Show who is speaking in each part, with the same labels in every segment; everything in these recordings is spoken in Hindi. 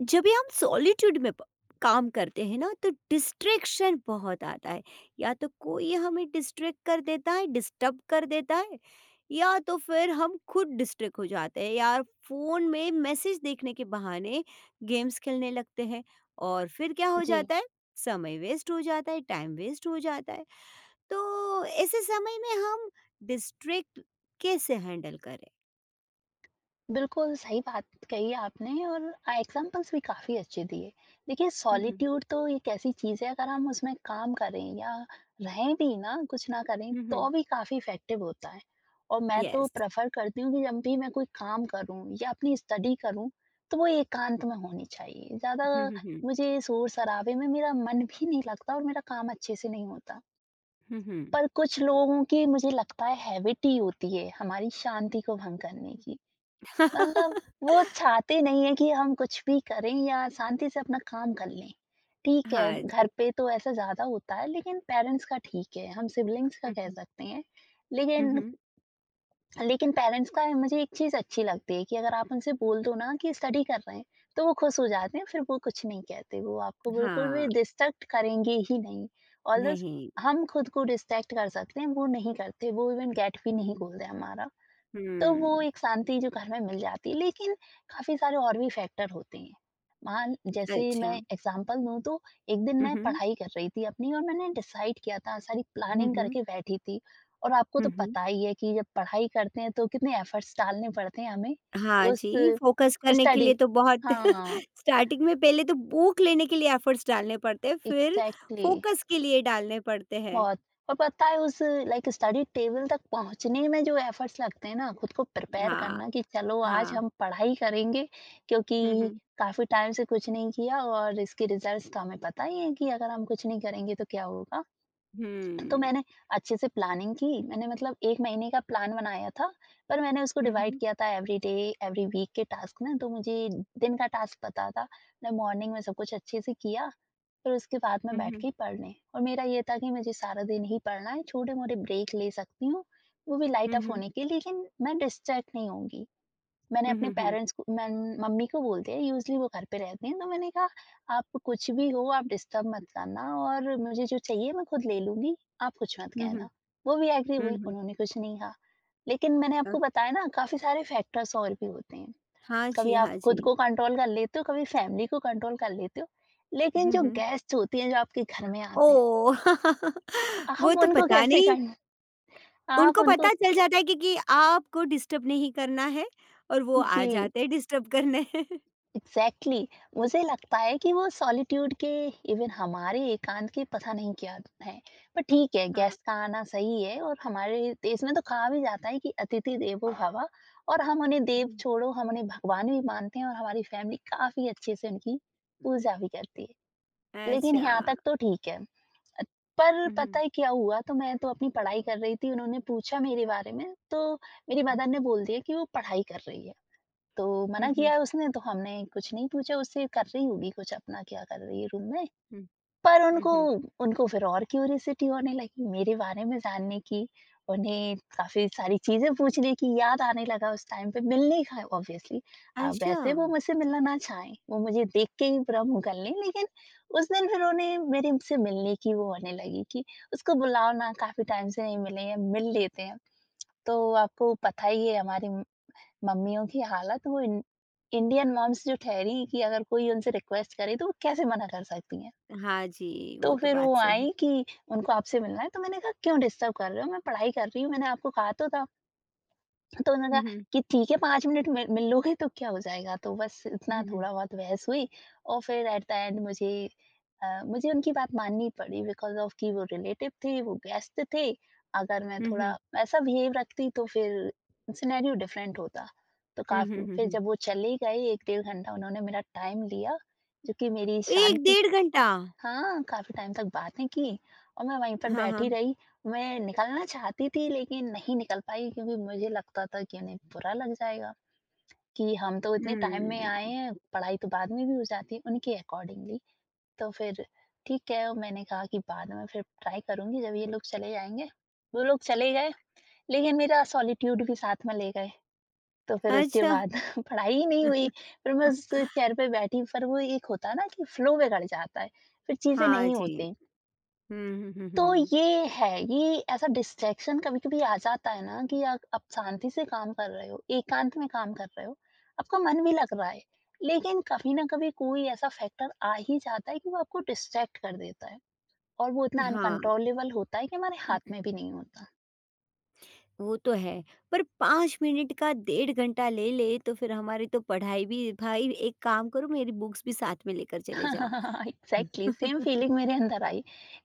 Speaker 1: जब भी हम सॉलिट्यूड में काम करते हैं ना तो डिस्ट्रैक्शन बहुत आता है। या तो कोई हमें डिस्ट्रैक्ट कर देता है, डिस्टर्ब कर देता है, या तो फिर हम खुद डिस्ट्रैक्ट हो जाते हैं यार। फोन में मैसेज देखने के बहाने गेम्स खेलने लगते हैं और फिर क्या हो
Speaker 2: जी,
Speaker 1: जाता है, समय वेस्ट हो जाता है, टाइम वेस्ट हो जाता है। तो ऐसे समय में हम डिस्ट्रैक्ट कैसे हैंडल करें।
Speaker 2: बिल्कुल सही बात कही आपने और एग्ज़ाम्पल्स भी काफ़ी अच्छे दिए। देखिए,
Speaker 1: हम्म।
Speaker 2: सॉलिट्यूड तो एक ऐसी चीज़ है, अगर हम उसमें काम करें या रहें भी ना, कुछ ना करें तो
Speaker 1: हम्म।
Speaker 2: भी काफ़ी इफ़ेक्टिव होता है। और मैं तो
Speaker 1: यस।
Speaker 2: प्रेफ़र करती हूँ कि जब भी मैं कोई काम करूँ या अपनी स्टडी करूँ, तो वो एकांत में होनी चाहिए। ज़्यादा
Speaker 1: हम्म, हम्म।
Speaker 2: मुझे शोर-शराबे में मेरा मन भी नहीं लगता और मेरा काम अच्छे से नहीं होता।
Speaker 1: हम्म, हम्म। हम्म।
Speaker 2: पर कुछ लोगों की, मुझे लगता है, हैबिट ही होती है हमारी शांति को भंग करने की। मतलब वो चाहते नहीं है कि हम कुछ भी करें या शांति से अपना काम कर लें। ठीक है,
Speaker 1: हाँ
Speaker 2: घर
Speaker 1: जी।
Speaker 2: पे तो ऐसा ज़्यादा होता है, लेकिन पेरेंट्स का ठीक है, हम सिबलिंग्स का
Speaker 1: हुँ,
Speaker 2: कह
Speaker 1: हुँ।
Speaker 2: सकते हैं।
Speaker 1: हुँ,
Speaker 2: लेकिन
Speaker 1: हुँ।
Speaker 2: लेकिन पेरेंट्स का मुझे एक चीज़ अच्छी लगती है कि अगर आप उनसे बोल दो ना कि स्टडी कर रहे हैं, तो वो खुश हो जाते हैं, फिर वो कुछ नहीं कहते, वो आपको बिल्कुल भी
Speaker 1: हाँ।
Speaker 2: डिस्ट्रैक्ट करेंगे ही नहीं। ऑल्दो
Speaker 1: नहीं।
Speaker 2: हम खुद को डिस्ट्रैक्ट कर सकते हैं, वो नहीं करते, वो इवन गेट भी नहीं
Speaker 1: हुँ,
Speaker 2: खोलते हमारा। तो वो
Speaker 1: हुँ।
Speaker 2: एक शांति जो घर में मिल जाती है, लेकिन काफ़ी सारे और भी फैक्टर होते हैं। मान जैसे मैं
Speaker 1: अच्छा।
Speaker 2: एग्ज़ाम्पल दूँ, तो एक दिन
Speaker 1: हुँ,
Speaker 2: मैं
Speaker 1: हुँ।
Speaker 2: पढ़ाई कर रही थी अपनी, और मैंने डिसाइड किया था, सारी
Speaker 1: हुँ,
Speaker 2: प्लानिंग
Speaker 1: हुँ।
Speaker 2: करके बैठी थी। और आपको
Speaker 1: हुँ,
Speaker 2: तो
Speaker 1: हुँ।
Speaker 2: पता ही है कि जब पढ़ाई करते हैं तो कितने एफर्ट्स डालने पड़ते हैं हमें।
Speaker 1: हाँ
Speaker 2: उस
Speaker 1: जी, फ़ोकस करने के
Speaker 2: स्टडी।
Speaker 1: लिए तो बहुत
Speaker 2: हाँ,
Speaker 1: स्टार्टिंग में पहले तो भूख लेने के लिए एफर्ट्स डालने पड़ते हैं, फिर
Speaker 2: एग्ज़ैक्टली।
Speaker 1: फ़ोकस के लिए डालने पड़ते हैं।
Speaker 2: बहुत। और पता है, उस लाइक स्टडी टेबल तक पहुंचने में जो एफर्ट्स लगते हैं ना, खुद को प्रिपेयर
Speaker 1: हाँ,
Speaker 2: करना कि चलो आज
Speaker 1: हाँ।
Speaker 2: हम पढ़ाई करेंगे, क्योंकि
Speaker 1: हुँ, हुँ।
Speaker 2: काफी टाइम से कुछ नहीं किया, और इसके रिजल्ट्स तो हमें पता ही है कि अगर हम कुछ नहीं करेंगे तो क्या होगा। तो
Speaker 1: हुँ।
Speaker 2: मैंने अच्छे से प्लानिंग की। मैंने मतलब एक महीने का प्लान बनाया था, पर मैंने उसको
Speaker 1: हुँ,
Speaker 2: डिवाइड
Speaker 1: हुँ।
Speaker 2: किया था एवरी डे एवरी वीक के टास्क में, तो मुझे दिन का टास्क पता था। मैं मॉर्निंग में सब कुछ अच्छे से किया, फिर उसके बाद में
Speaker 1: हुँ,
Speaker 2: बैठ
Speaker 1: हुँ।
Speaker 2: के ही पढ़ने, और मेरा ये था कि मुझे सारा दिन ही पढ़ना है, छोटे-मोटे ब्रेक ले सकती हूँ, वो भी
Speaker 1: हुँ,
Speaker 2: लाइट ऑफ
Speaker 1: हुँ।
Speaker 2: होने के, लेकिन मैं डिस्ट्रैक्ट नहीं होंगी। मैंने
Speaker 1: हुँ,
Speaker 2: अपने
Speaker 1: हुँ, हुँ।
Speaker 2: पेरेंट्स को, मैम, मम्मी को बोल दिया, यूज़ुअली वो घर पे रहती हैं, तो मैंने कहा, "आप कुछ भी हो, आप डिस्टर्ब मत करना, और मुझे जो चाहिए मैं खुद ले लूँगी, आप कुछ मत
Speaker 1: हुँ, हुँ।
Speaker 2: कहना।" वो भी एग्री
Speaker 1: हुँ,
Speaker 2: हुई,
Speaker 1: हुँ।
Speaker 2: उन्होंने कुछ नहीं कहा। लेकिन मैंने
Speaker 1: अ,
Speaker 2: आपको बताया ना, काफ़ी सारे फैक्टर्स और भी होते हैं।
Speaker 1: हाँ
Speaker 2: कभी
Speaker 1: जी,
Speaker 2: आप
Speaker 1: हाँ
Speaker 2: खुद
Speaker 1: जी।
Speaker 2: को कंट्रोल कर लेते हो, कभी फैमिली को कंट्रोल कर लेते हो, लेकिन
Speaker 1: हुँ,
Speaker 2: जो
Speaker 1: हुँ।
Speaker 2: गेस्ट होती हैं, जो आपके घर में आते हैं,
Speaker 1: ओह! वो
Speaker 2: आप
Speaker 1: तो
Speaker 2: उनको
Speaker 1: पता
Speaker 2: कैसे
Speaker 1: नहीं,
Speaker 2: कं। आप
Speaker 1: उनको
Speaker 2: उनको।
Speaker 1: पता चल जाता है कि आपको डिस्टर्ब नहीं करना है और वो आ
Speaker 2: जी,
Speaker 1: जाते हैं डिस्टर्ब करने।
Speaker 2: Exactly exactly. मुझे लगता है कि वो सॉलिट्यूड के इवन हमारे एकांत की पता नहीं क्या है। पर ठीक है,
Speaker 1: हाँ।
Speaker 2: गेस्ट का आना सही है, और हमारे देश में तो कहा भी जाता है कि अतिथि देवो भव। और हम उन्हें देव
Speaker 1: हुँ।
Speaker 2: छोड़ो, हम उन्हें भगवान भी मानते हैं, और हमारी फैमिली काफी अच्छे से उनकी पूजा भी करती है। लेकिन
Speaker 1: अच्छा।
Speaker 2: यहाँ तक तो ठीक है। अ, पर
Speaker 1: उहुँ,
Speaker 2: पता है क्या हुआ? तो मैं तो अपनी पढ़ाई कर रही थी, उन्होंने पूछा मेरे बारे में, तो मेरी
Speaker 1: हुँ,
Speaker 2: मदर ने बोल दिया कि वो पढ़ाई कर रही है। तो
Speaker 1: हुँ,
Speaker 2: मना
Speaker 1: हुँ,
Speaker 2: किया है उसने, तो हमने कुछ नहीं पूछा उससे, कर रही होगी कुछ अपना, क्या कर रही है रूम में।
Speaker 1: हुँ,
Speaker 2: पर
Speaker 1: हुँ,
Speaker 2: उनको
Speaker 1: हुँ।
Speaker 2: उनको फिर और क्यूरियोसिटी होने लगी मेरे बारे में जानने की। उन्हें काफ़ी सारी चीज़ें पूछने की याद आने लगा उस टाइम पे, मिलने का ऑब्वियसली।
Speaker 1: अच्छा।
Speaker 2: वैसे वो मुझसे मिलना ना चाहें, वो मुझे देख के ही बुरा मुँह कर लें, लेकिन उस दिन फिर उन्हें मेरे से मिलने की वो होने लगी कि उसको बुलाओ ना, काफ़ी टाइम से नहीं मिले हैं, मिल लेते हैं। तो आपको पता ही है हमारी मम्मियों की हालत, वो इन इंडियन मॉम्स जो ठहरी हैं, कि अगर कोई उनसे रिक्वेस्ट करे तो वो कैसे मना कर सकती हैं।
Speaker 1: हाँ जी, वो
Speaker 2: तो
Speaker 1: तो
Speaker 2: फिर वो
Speaker 1: बात सही है।
Speaker 2: आई कि उनको आपसे मिलना है, तो मैंने कहा, क्यों डिस्टर्ब कर रहे हो? मैं पढ़ाई कर रही हूँ, मैंने आपको कहा तो था। तो उन्होंने
Speaker 1: हुँ,
Speaker 2: कहा
Speaker 1: हुँ,
Speaker 2: कि ठीक है, 5 मिनट मिल मिल लोगे तो क्या हो जाएगा? तो बस इतना
Speaker 1: हुँ, हुँ,
Speaker 2: थोड़ा-बहुत बहस हुई, और फिर एट द एंड मुझे उनकी बात माननी पड़ी बिकॉज़ ऑफ़ कि वो रिलेटिव थे, वो गेस्ट थे। अगर मैं
Speaker 1: हुँ,
Speaker 2: थोड़ा
Speaker 1: हुँ,
Speaker 2: ऐसा बिहेव रखती तो फिर सिनेरियो डिफरेंट होता। तो
Speaker 1: हुँ, हुँ,
Speaker 2: काफ़ी,
Speaker 1: हुँ,
Speaker 2: फिर
Speaker 1: हुँ।
Speaker 2: जब वो चले गए, 1 डेढ़ घंटा उन्होंने मेरा टाइम लिया, जो कि मेरी
Speaker 1: 1
Speaker 2: शांति।
Speaker 1: डेढ़ घंटा?
Speaker 2: हाँ, काफ़ी टाइम तक बातें की, और मैं वहीं पर
Speaker 1: हाँ,
Speaker 2: बैठी
Speaker 1: हाँ।
Speaker 2: रही। मैं निकलना चाहती थी लेकिन नहीं निकल पाई, क्योंकि मुझे लगता था कि उन्हें बुरा लग जाएगा कि हम तो इतने टाइम में आए
Speaker 1: हुँ।
Speaker 2: हैं, पढ़ाई तो बाद में भी हो जाती है, उनके अकॉर्डिंगली। तो फिर ठीक है, मैंने कहा कि बाद में फिर ट्राई करूँगी जब ये लोग चले जाएँगे। वो लोग चले गए, लेकिन मेरा सॉलिट्यूड भी साथ में ले गए। तो फिर उसके
Speaker 1: अच्छा।
Speaker 2: बाद पढ़ाई ही नहीं हुई। फिर मैं उस चेयर पे बैठी, पर वो एक होता है ना कि फ्लो बिगड़ जाता है, फिर चीज़ें
Speaker 1: हाँ
Speaker 2: नहीं
Speaker 1: जी।
Speaker 2: होती।
Speaker 1: हुँ, हुँ, हुँ,
Speaker 2: तो
Speaker 1: हुँ।
Speaker 2: ये है, ये ऐसा डिस्ट्रैक्शन कभी-कभी आ जाता है ना कि आप शांति से काम कर रहे हो, एकांत में काम कर रहे हो, आपका मन भी लग रहा है, लेकिन कभी ना कभी कोई ऐसा फैक्टर आ ही जाता है कि वो आपको डिस्ट्रैक्ट कर देता है, और वो इतना
Speaker 1: हाँ।
Speaker 2: अनकंट्रोलेबल होता है कि हमारे हाथ में भी नहीं होता।
Speaker 1: वो तो है, पर 5 मिनट का डेढ़ घंटा ले ले तो फिर हमारी तो पढ़ाई भी, भाई एक काम करो, मेरी बुक्स भी साथ में लेकर चले जाओ।
Speaker 2: एग्जैक्टली सेम फीलिंग मेरे अंदर आई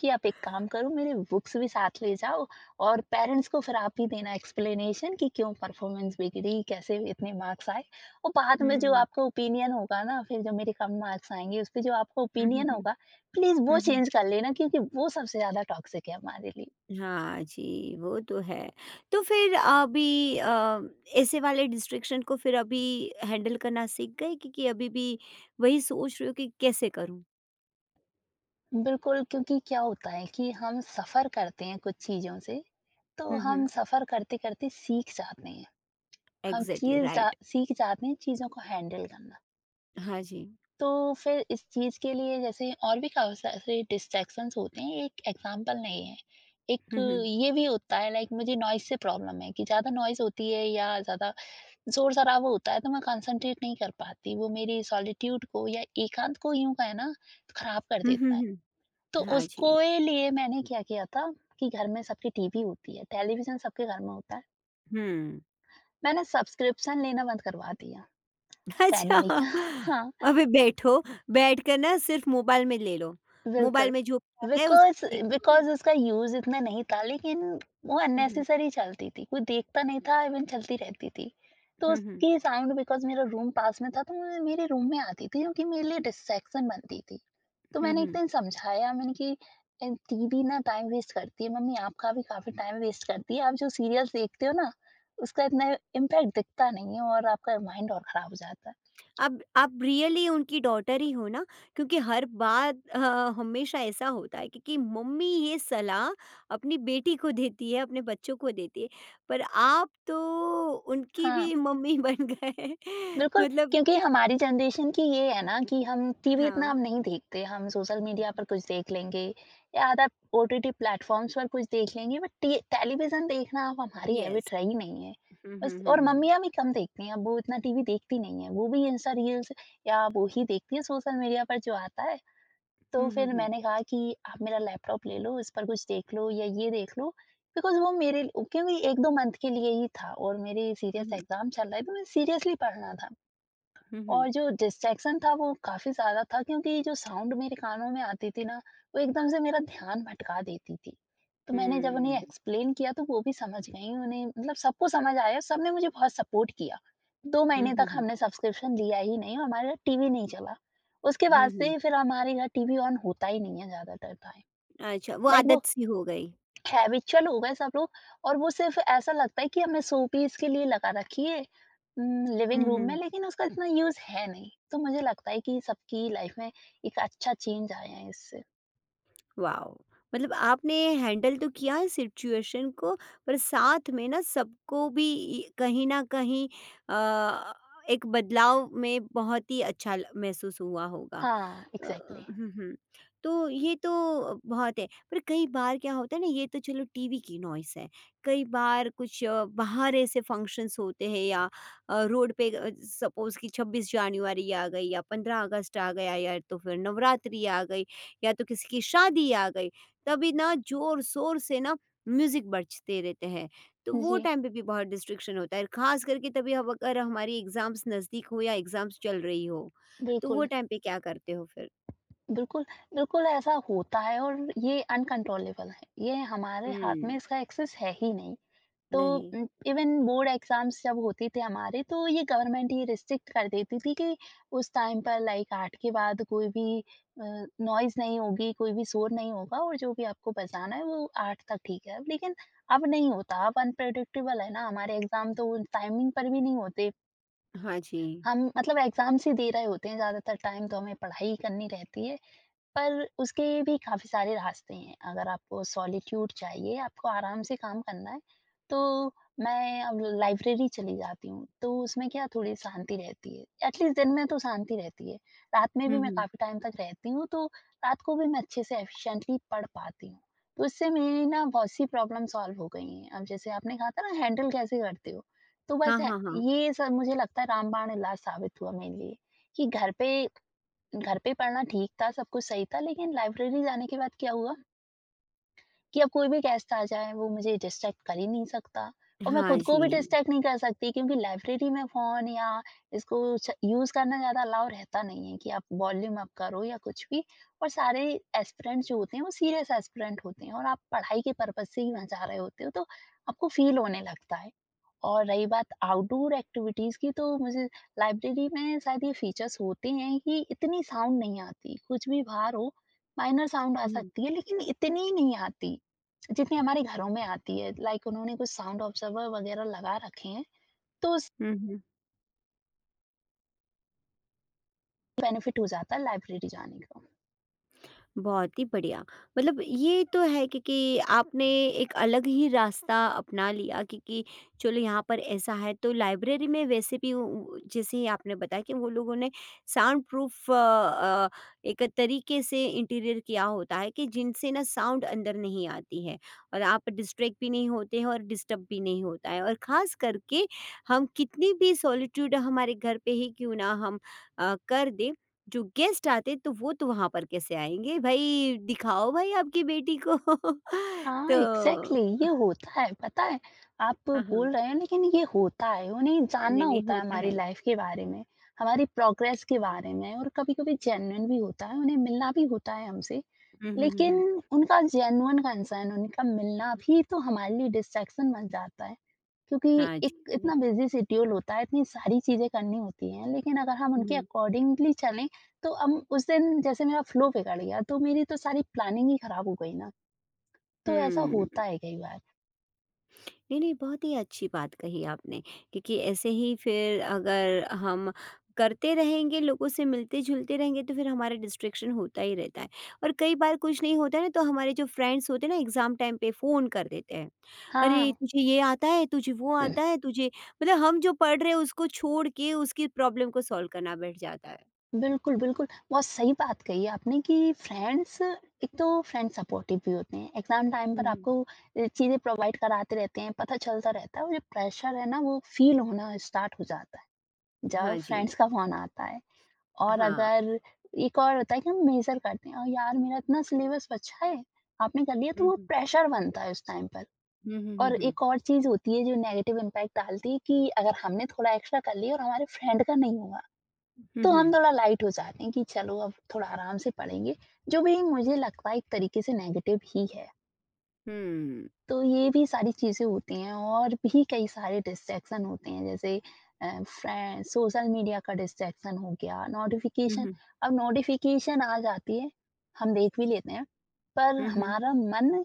Speaker 2: कि आप एक काम करो, मेरे बुक्स भी साथ ले जाओ, और पेरेंट्स को फिर आप ही देना एक्सप्लेनेशन कि क्यों परफॉर्मेंस बिगड़ी, कैसे इतने मार्क्स आए, और बाद में जो
Speaker 1: हुँ।
Speaker 2: आपका ओपिनियन होगा ना, फिर जो मेरे कम मार्क्स आएंगे उस पे जो आपका
Speaker 1: हुँ, हुँ,
Speaker 2: ओपिनियन
Speaker 1: हुँ।
Speaker 2: होगा, प्लीज वो
Speaker 1: हुँ, हुँ।
Speaker 2: चेंज कर लेना, क्योंकि वो सबसे ज्यादा टॉक्सिक है हमारे लिए।
Speaker 1: हाँ जी, वो तो है। तो फिर अभी ऐसे वाले डिस्ट्रैक्शन को फिर अभी हैंडल करना सीख गए कि अभी भी वही सोच रहे हो कि कैसे करूँ?
Speaker 2: बिल्कुल, क्योंकि क्या होता है कि हम सफर करते हैं कुछ चीजों से, तो
Speaker 1: हुँ,
Speaker 2: हम
Speaker 1: हुँ।
Speaker 2: सफर करते करते सीख जाते हैं। हम
Speaker 1: एग्ज़ैक्टली
Speaker 2: चीज़ जा
Speaker 1: राइट।
Speaker 2: सीख जाते हैं चीज़ों को हैंडल करना।
Speaker 1: हाँ जी।
Speaker 2: तो फिर इस चीज़ के लिए, जैसे और भी काफ़ी सारे डिस्ट्रैक्शंस होते हैं, एक एग्ज़ाम्पल नहीं है। एक
Speaker 1: हुँ, हुँ।
Speaker 2: ये भी होता है लाइक, मुझे नॉइज़ से प्रॉब्लम है कि ज़्यादा नॉइज़ होती है या ज़्यादा शोर-शराबा होता है, तो मैं कंसंट्रेट नहीं कर पाती। वो मेरी सॉलिट्यूड को या एकांत को यूँ कहें ना, ख़राब कर
Speaker 1: हुँ, हुँ,
Speaker 2: देता है।
Speaker 1: हुँ।
Speaker 2: तो
Speaker 1: हाँ जी।
Speaker 2: उसको ए लिए मैंने क्या किया था कि घर में सबकी टीवी होती है, टेलीविज़न सबके घर में होता है।
Speaker 1: हुँ।
Speaker 2: मैंने सब्सक्रिप्शन लेना बंद करवा दिया, फ़ैमिली
Speaker 1: अच्छा।
Speaker 2: का। हाँ,
Speaker 1: अभी बैठो, बैठकर ना सिर्फ़ मोबाइल में ले लो,
Speaker 2: बिल्कुल।
Speaker 1: मोबाइल में जो भी आता है उसको
Speaker 2: बिकॉज़
Speaker 1: देखो।
Speaker 2: बिकॉज़ उसका यूज़ इतना नहीं था, लेकिन वो
Speaker 1: हुँ, हुँ,
Speaker 2: अननेसेसरी चलती थी, कोई देखता नहीं था, इवन चलती रहती थी। तो
Speaker 1: हुँ, हुँ,
Speaker 2: उसकी साउंड, बिकॉज़ मेरा रूम पास में था, तो मैं मेरे रूम में आती थी क्योंकि मेरे लिए डिस्ट्रैक्शन बनती थी। तो
Speaker 1: हुँ,
Speaker 2: मैंने एक
Speaker 1: हुँ।
Speaker 2: दिन समझाया, मैंने कि टीवी ना टाइम वेस्ट करती है, मम्मी आपका भी काफ़ी टाइम वेस्ट करती है, आप जो सीरियल्स देखते हो ना, उसका इतना इम्पैक्ट दिखता नहीं है और आपका माइंड और ख़राब हो जाता है।
Speaker 1: अब आप रियली उनकी डॉटर ही हो ना, क्योंकि हर बात हमेशा ऐसा होता है, क्योंकि मम्मी ये सलाह अपनी बेटी को देती है, अपने बच्चों को देती है, पर आप तो उनकी
Speaker 2: हाँ।
Speaker 1: भी मम्मी बन गए।
Speaker 2: बिल्कुल,
Speaker 1: मतलब,
Speaker 2: क्योंकि हमारी जनरेशन की ये है ना कि हम टीवी इतना
Speaker 1: हाँ।
Speaker 2: अब नहीं देखते, हम सोशल मीडिया पर कुछ देख लेंगे या अदर ओटीटी प्लेटफ़ॉर्म्स पर कुछ देख लेंगे, बट टी टेलीविज़न देखना अब हमारी हैबिट
Speaker 1: येस।
Speaker 2: रही नहीं है।
Speaker 1: हुँ,
Speaker 2: बस,
Speaker 1: हुँ,
Speaker 2: और
Speaker 1: हुँ।
Speaker 2: मम्मियाँ भी कम देखती हैं, अब वो इतना टीवी देखती नहीं हैं, वो भी इंस्टा रील्स या वो ही देखती हैं सोशल मीडिया पर जो आता है। तो
Speaker 1: हुँ, हुँ,
Speaker 2: फिर
Speaker 1: हुँ,
Speaker 2: मैंने कहा कि आप मेरा लैपटॉप ले लो, इस पर कुछ देख लो या ये देख लो, बिकॉज़ वो मेरे, क्योंकि 1-2 मंथ के लिए ही था और मेरे
Speaker 1: हुँ,
Speaker 2: सीरियस
Speaker 1: हुँ,
Speaker 2: एग्ज़ाम चल रहे थे, मुझे सीरियसली पढ़ना था।
Speaker 1: हुँ, हुँ,
Speaker 2: और जो डिस्ट्रैक्शन था वो काफ़ी ज़्यादा था, क्योंकि जो साउंड मेरे कानों में आती थी ना, वो एकदम से मेरा ध्यान भटका देती थी। तो मैंने जब उन्हें
Speaker 1: हुँ।
Speaker 2: एक्सप्लेन किया, तो वो भी समझ गईं, उन्हें मतलब सबको समझ आया, सबने मुझे बहुत सपोर्ट किया। 2
Speaker 1: हुँ,
Speaker 2: महीने तक
Speaker 1: हुँ, हुँ।
Speaker 2: हमने सब्सक्रिप्शन लिया ही नहीं और हमारे घर टीवी नहीं चला। उसके
Speaker 1: हुँ,
Speaker 2: बाद
Speaker 1: हुँ।
Speaker 2: से फिर हमारे घर टीवी ऑन होता ही नहीं है ज़्यादातर टाइम।
Speaker 1: अच्छा, वो
Speaker 2: लाइक वो
Speaker 1: आदत सी हो गई।
Speaker 2: हैबिचुअल हो गए सब लोग, और वो सिर्फ़ ऐसा लगता है कि हमने शोपीस के लिए लगा रखी है लिविंग
Speaker 1: हुँ,
Speaker 2: रूम में,
Speaker 1: हुँ।
Speaker 2: लेकिन उसका इतना यूज़ है नहीं। तो मुझे लगता है कि सबकी लाइफ़ में एक अच्छा चेंज आया है इससे।
Speaker 1: वाओ! मतलब आपने हैंडल तो किया है सिचुएशन को, पर साथ में ना सबको भी इ कहीं न कहीं अ, एक बदलाव में बहुत ही अच्छा ल महसूस हुआ होगा।
Speaker 2: हाँ,
Speaker 1: अ,
Speaker 2: एग्ज़ैक्टली।
Speaker 1: हुँ, हुँ। तो ये तो बहुत है, पर कई बार क्या होता है ना, ये तो चलो टीवी की नॉइस है। कई बार कुछ बाहर ऐसे फंक्शंस होते हैं या रोड पे सपोज़ कि 26 जनवरी आ गई या 15 अगस्त आ गया या तो फिर नवरात्रि आ गई, या तो किसी की शादी आ गई, तभी ना ज़ोर-शोर से ना म्यूज़िक बजते रहते हैं। तो वो
Speaker 2: जी,
Speaker 1: टाइम पे भी बहुत डिस्ट्रैक्शन होता है, ख़ास करके तभी हम अगर हमारी एग्ज़ाम्स नज़दीक हो या एग्ज़ाम्स चल रही हो, तो वो
Speaker 2: बिल्कुल।
Speaker 1: टाइम पे क्या करते हो फिर?
Speaker 2: बिल्कुल, बिल्कुल ऐसा होता है, और ये अनकंट्रोलेबल है। ये हमारे हाथ में
Speaker 1: हुँ।
Speaker 2: इसका एक्सेस है ही नहीं। तो
Speaker 1: नहीं।
Speaker 2: इवन बोर्ड एग्जाम्स जब होते थे हमारे, तो ये गवर्नमेंट ही रिस्ट्रिक्ट कर देती थी कि उस टाइम पर लाइक 8 के बाद कोई भी नॉइज नहीं होगी, कोई भी शोर नहीं होगा और जो भी आपको बजाना है वो 8 तक ठीक है। लेकिन अब नहीं होता, अब अनप्रेडिक्टेबल है ना, हमारे एग्जाम तो टाइमिंग पर भी नहीं होते।
Speaker 1: हाँ जी।
Speaker 2: हम मतलब एग्जाम्स ही दे रहे होते हैं ज़्यादातर टाइम, तो हमें पढ़ाई ही करनी रहती है। पर उसके भी काफ़ी सारे रास्ते हैं। अगर आपको सॉलिट्यूड चाहिए, आपको आराम से काम करना है, तो मैं अब लाइब्रेरी चली जाती हूँ। तो उसमें क्या, थोड़ी शांति रहती है। एटलीस्ट दिन में तो शांति रहती है। रात में भी
Speaker 1: हुँ,
Speaker 2: मैं
Speaker 1: हुँ।
Speaker 2: काफ़ी टाइम तक रहती हूँ, तो रात को भी मैं अच्छे से एफिशिएंटली पढ़ पाती हूँ। तो इससे मेरी ना बहुत सी प्रॉब्लम सॉल्व हो गई हैं। अब जैसे आपने कहा था ना, हैंडल कैसे करते हो? तो बस
Speaker 1: हाँ,
Speaker 2: है,
Speaker 1: हाँ, हाँ।
Speaker 2: ये सब मुझे लगता है रामबाण इलाज साबित हुआ मेरे लिए कि घर पे पढ़ना ठीक था, सब कुछ सही था, लेकिन लाइब्रेरी जाने के बाद क्या हुआ कि अब कोई भी गेस्ट आ जाए, वो मुझे डिस्ट्रैक्ट कर ही नहीं सकता और मैं
Speaker 1: हाँ
Speaker 2: खुद को
Speaker 1: जी।
Speaker 2: भी डिस्ट्रैक्ट नहीं कर सकती, क्योंकि लाइब्रेरी में फ़ोन या इसको छ यूज़ करना ज़्यादा अलाउ रहता नहीं है कि आप वॉल्यूम अप करो या कुछ भी। और सारे एस्पिरेंट्स जो होते हैं, वो सीरियस एस्पिरेंट होते हैं और आप पढ़ाई के पर्पज़ से ही वहाँ जा रहे होते हो, तो आपको फ़ील होने लगता है। और रही बात आउटडोर एक्टिविटीज़ की, तो मुझे लाइब्रेरी में शायद ये फीचर्स होते हैं कि इतनी साउंड नहीं आती। कुछ भी बाहर हो, माइनर साउंड आ
Speaker 1: हुँ, हुँ।
Speaker 2: सकती है, लेकिन इतनी नहीं आती, जितनी हमारे घरों में आती है। लाइक उन्होंने कुछ साउंड ऑब्ज़र्वर वग़ैरह लगा रखे हैं, तो उससे
Speaker 1: हुँ, हुँ।
Speaker 2: बेनिफिट हो जाता है लाइब्रेरी जाने का।
Speaker 1: बहुत ही बढ़िया। मतलब ये तो है कि आपने एक अलग ही रास्ता अपना लिया कि चलो यहाँ पर ऐसा है, तो लाइब्रेरी में वैसे भी जैसे ही आपने बताया कि वो लोगों ने साउंड प्रूफ एक तरीके से इंटीरियर किया होता है कि जिनसे ना साउंड अंदर नहीं आती है, और आप डिस्ट्रैक्ट भी नहीं होते हैं और डिस्टर्ब भी नहीं होता है। और ख़ास करके हम कितनी भी सॉलिट्यूड हमारे घर पे ही क्यों ना हम कर दें, जो गेस्ट आते तो वो तो वहाँ पर कैसे आएँगे? भई दिखाओ भई आपकी बेटी को।
Speaker 2: हाँ,
Speaker 1: तो
Speaker 2: एग्ज़ैक्टली ये होता है, पता है? आप
Speaker 1: हाँ, हाँ।
Speaker 2: बोल रहे हैं लेकिन ये होता है, उन्हें जानना
Speaker 1: नहीं, नहीं
Speaker 2: होता है
Speaker 1: होता
Speaker 2: हमारी
Speaker 1: है।
Speaker 2: लाइफ़ के बारे में, हमारी प्रोग्रेस के बारे में और कभी-कभी जेन्युइन भी होता है, उन्हें मिलना भी होता है हमसे।
Speaker 1: हुँ, हुँ, हुँ,
Speaker 2: लेकिन
Speaker 1: हुँ।
Speaker 2: उनका जेन्युइन कंसर्न, उनका मिलना भी तो हमारे लिए डिस्ट्रैक्शन बन जाता है, क्योंकि
Speaker 1: हाँ जी,
Speaker 2: एक
Speaker 1: हाँ
Speaker 2: इतना
Speaker 1: जी।
Speaker 2: बिज़ी शेड्यूल होता है, इतनी सारी चीज़ें करनी होती हैं, लेकिन अगर हम
Speaker 1: हुँ,
Speaker 2: उनके
Speaker 1: हुँ।
Speaker 2: अकॉर्डिंगली चलें, तो हम उस दिन, जैसे मेरा फ्लो बिगड़ गया, तो मेरी तो सारी प्लानिंग ही खराब हो गई ना। तो ऐसा होता
Speaker 1: हुँ।
Speaker 2: है कई बार।
Speaker 1: नहीं, नहीं, बहुत ही अच्छी बात कही आपने, क्योंकि ऐसे ही फिर अगर हम करते रहेंगे, लोगों से मिलते-जुलते रहेंगे, तो फिर हमारा डिस्ट्रैक्शन होता ही रहता है। और कई बार कुछ नहीं होता है ना, तो हमारे जो फ्रेंड्स होते हैं ना एग्ज़ाम टाइम पे फ़ोन कर देते हैं। अरे!
Speaker 2: हाँ,
Speaker 1: तुझे ये आता है, तुझे वो आता है, तुझे। मतलब हम जो पढ़ रहे हैं उसको छोड़ के उसकी प्रॉब्लम को सॉल्व करना बैठ जाता है।
Speaker 2: बिल्कुल, बिल्कुल। बहुत सही बात कही आपने कि फ्रेंड्स एक तो फ्रेंड्स सपोर्टिव भी होते हैं। एग्ज़ाम टाइम
Speaker 1: हुँ,
Speaker 2: पर
Speaker 1: हुँ।
Speaker 2: आपको चीज़ें प्रोवाइड कराते रहते हैं, पता चलता रहता है और जो प्रेशर है ना, वो फ़ील होना स्टार्ट हो जाता है, जब
Speaker 1: हाँ जी।
Speaker 2: फ्रेंड्स का फ़ोन आता है। और
Speaker 1: हाँ।
Speaker 2: अगर एक और होता है कि हम मेज़र करते हैं, यार, मेरा इतना सिलेबस बचा है, आपने कर लिया", तो
Speaker 1: हुँ,
Speaker 2: वो
Speaker 1: हुँ।
Speaker 2: प्रेशर बनता है उस टाइम पर।
Speaker 1: हुँ, हुँ, हुँ,
Speaker 2: और
Speaker 1: हुँ।
Speaker 2: एक और चीज़ होती है जो नेगेटिव इम्पैक्ट डालती है कि अगर हमने थोड़ा एक्स्ट्रा कर लिया और हमारे फ्रेंड का नहीं हुआ,
Speaker 1: हुँ,
Speaker 2: तो हम
Speaker 1: हुँ।
Speaker 2: थोड़ा लाइट हो जाते हैं कि चलो, अब थोड़ा आराम से पढ़ेंगे, जो भी मुझे लगता है एक तरीके से नेगेटिव ही है।
Speaker 1: हुँ।
Speaker 2: तो ये भी सारी चीज़ें होती हैं, और भी कई सारे डिस्ट्रैक्शन होते हैं, जैसे फ्रेंड, सोशल मीडिया का डिस्ट्रैक्शन हो गया,
Speaker 1: हुँ,
Speaker 2: नोटिफिकेशन।
Speaker 1: हुँ।
Speaker 2: अब नोटिफिकेशन आ जाती है, हम देख भी लेते हैं, पर
Speaker 1: हुँ, हुँ।
Speaker 2: हमारा मन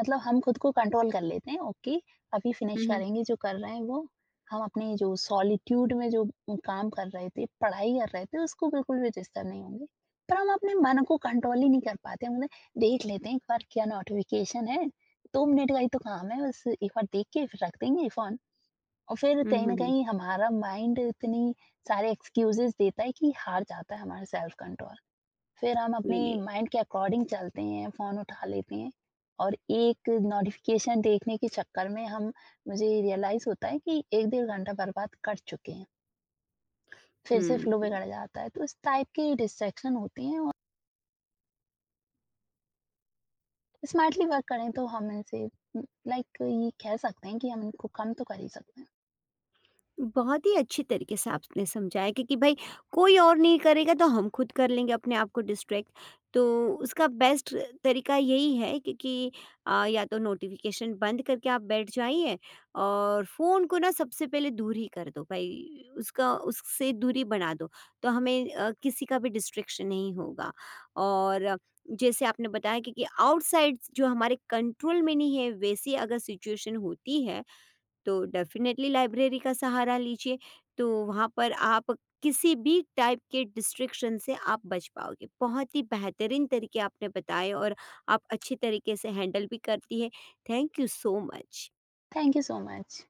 Speaker 2: मतलब हम खुद को कंट्रोल कर लेते हैं, ओके, अभी
Speaker 1: हुँ,
Speaker 2: फिनिश
Speaker 1: हुँ।
Speaker 2: करेंगे जो कर रहे हैं वो। हम अपने जो सॉलिट्यूड में जो काम कर रहे थे, पढ़ाई कर रहे थे, उसको बिल्कुल भी डिस्टर्ब नहीं होंगे, पर हम अपने मन को कंट्रोल ही नहीं कर पाते, हम देख लेते हैं एक बार क्या नोटिफिकेशन है, 2 मिनट का ही तो काम है, बस एक बार देख के फिर रख देंगे फ़ोन। और फिर
Speaker 1: हुँ,
Speaker 2: कहीं
Speaker 1: हुँ,
Speaker 2: न
Speaker 1: हुँ।
Speaker 2: कहीं हमारा माइंड इतनी सारे एक्सक्यूज़ेज़ देता है कि हार जाता है हमारा सेल्फ कंट्रोल। फिर हम
Speaker 1: नहीं,
Speaker 2: अपने
Speaker 1: नहीं।
Speaker 2: माइंड के अकॉर्डिंग चलते हैं, फ़ोन उठा लेते हैं और एक नोटिफ़िकेशन देखने के चक्कर में हम मुझे रियलाइज़ होता है कि 1 डेढ़ घंटा बर्बाद कर चुके हैं। फिर से फ्लो
Speaker 1: हुँ।
Speaker 2: बिगड़ जाता है, तो इस टाइप की डिस्ट्रैक्शन होती हैं और स्मार्टली वर्क करें तो हम इनसे लाइक ये कह सकते हैं कि हम इनको कम तो कर ही सकते हैं।
Speaker 1: बहुत ही अच्छी तरीके से आपने समझाया कि भाई कोई और नहीं करेगा तो हम खुद कर लेंगे अपने आप को डिस्ट्रैक्ट। तो उसका बेस्ट तरीका यही है कि या तो नोटिफ़िकेशन बंद करके आप बैठ जाइए और फ़ोन को ना सबसे पहले दूर ही कर दो भाई, उसका उससे दूरी बना दो। तो हमें किसी का भी डिस्ट्रैक्शन नहीं होगा। और जैसे आपने बताया कि आउटसाइड जो हमारे कंट्रोल में नहीं है वैसी अगर सिचुएशन होती है, तो डेफ़िनेटली लाइब्रेरी का सहारा लीजिए, तो वहाँ पर आप किसी भी टाइप के डिस्ट्रैक्शन से आप बच पाओगे। बहुत ही बेहतरीन तरीके आपने बताए और आप अच्छे तरीके से हैंडल भी करती है। Thank you so much.
Speaker 2: Thank you so much.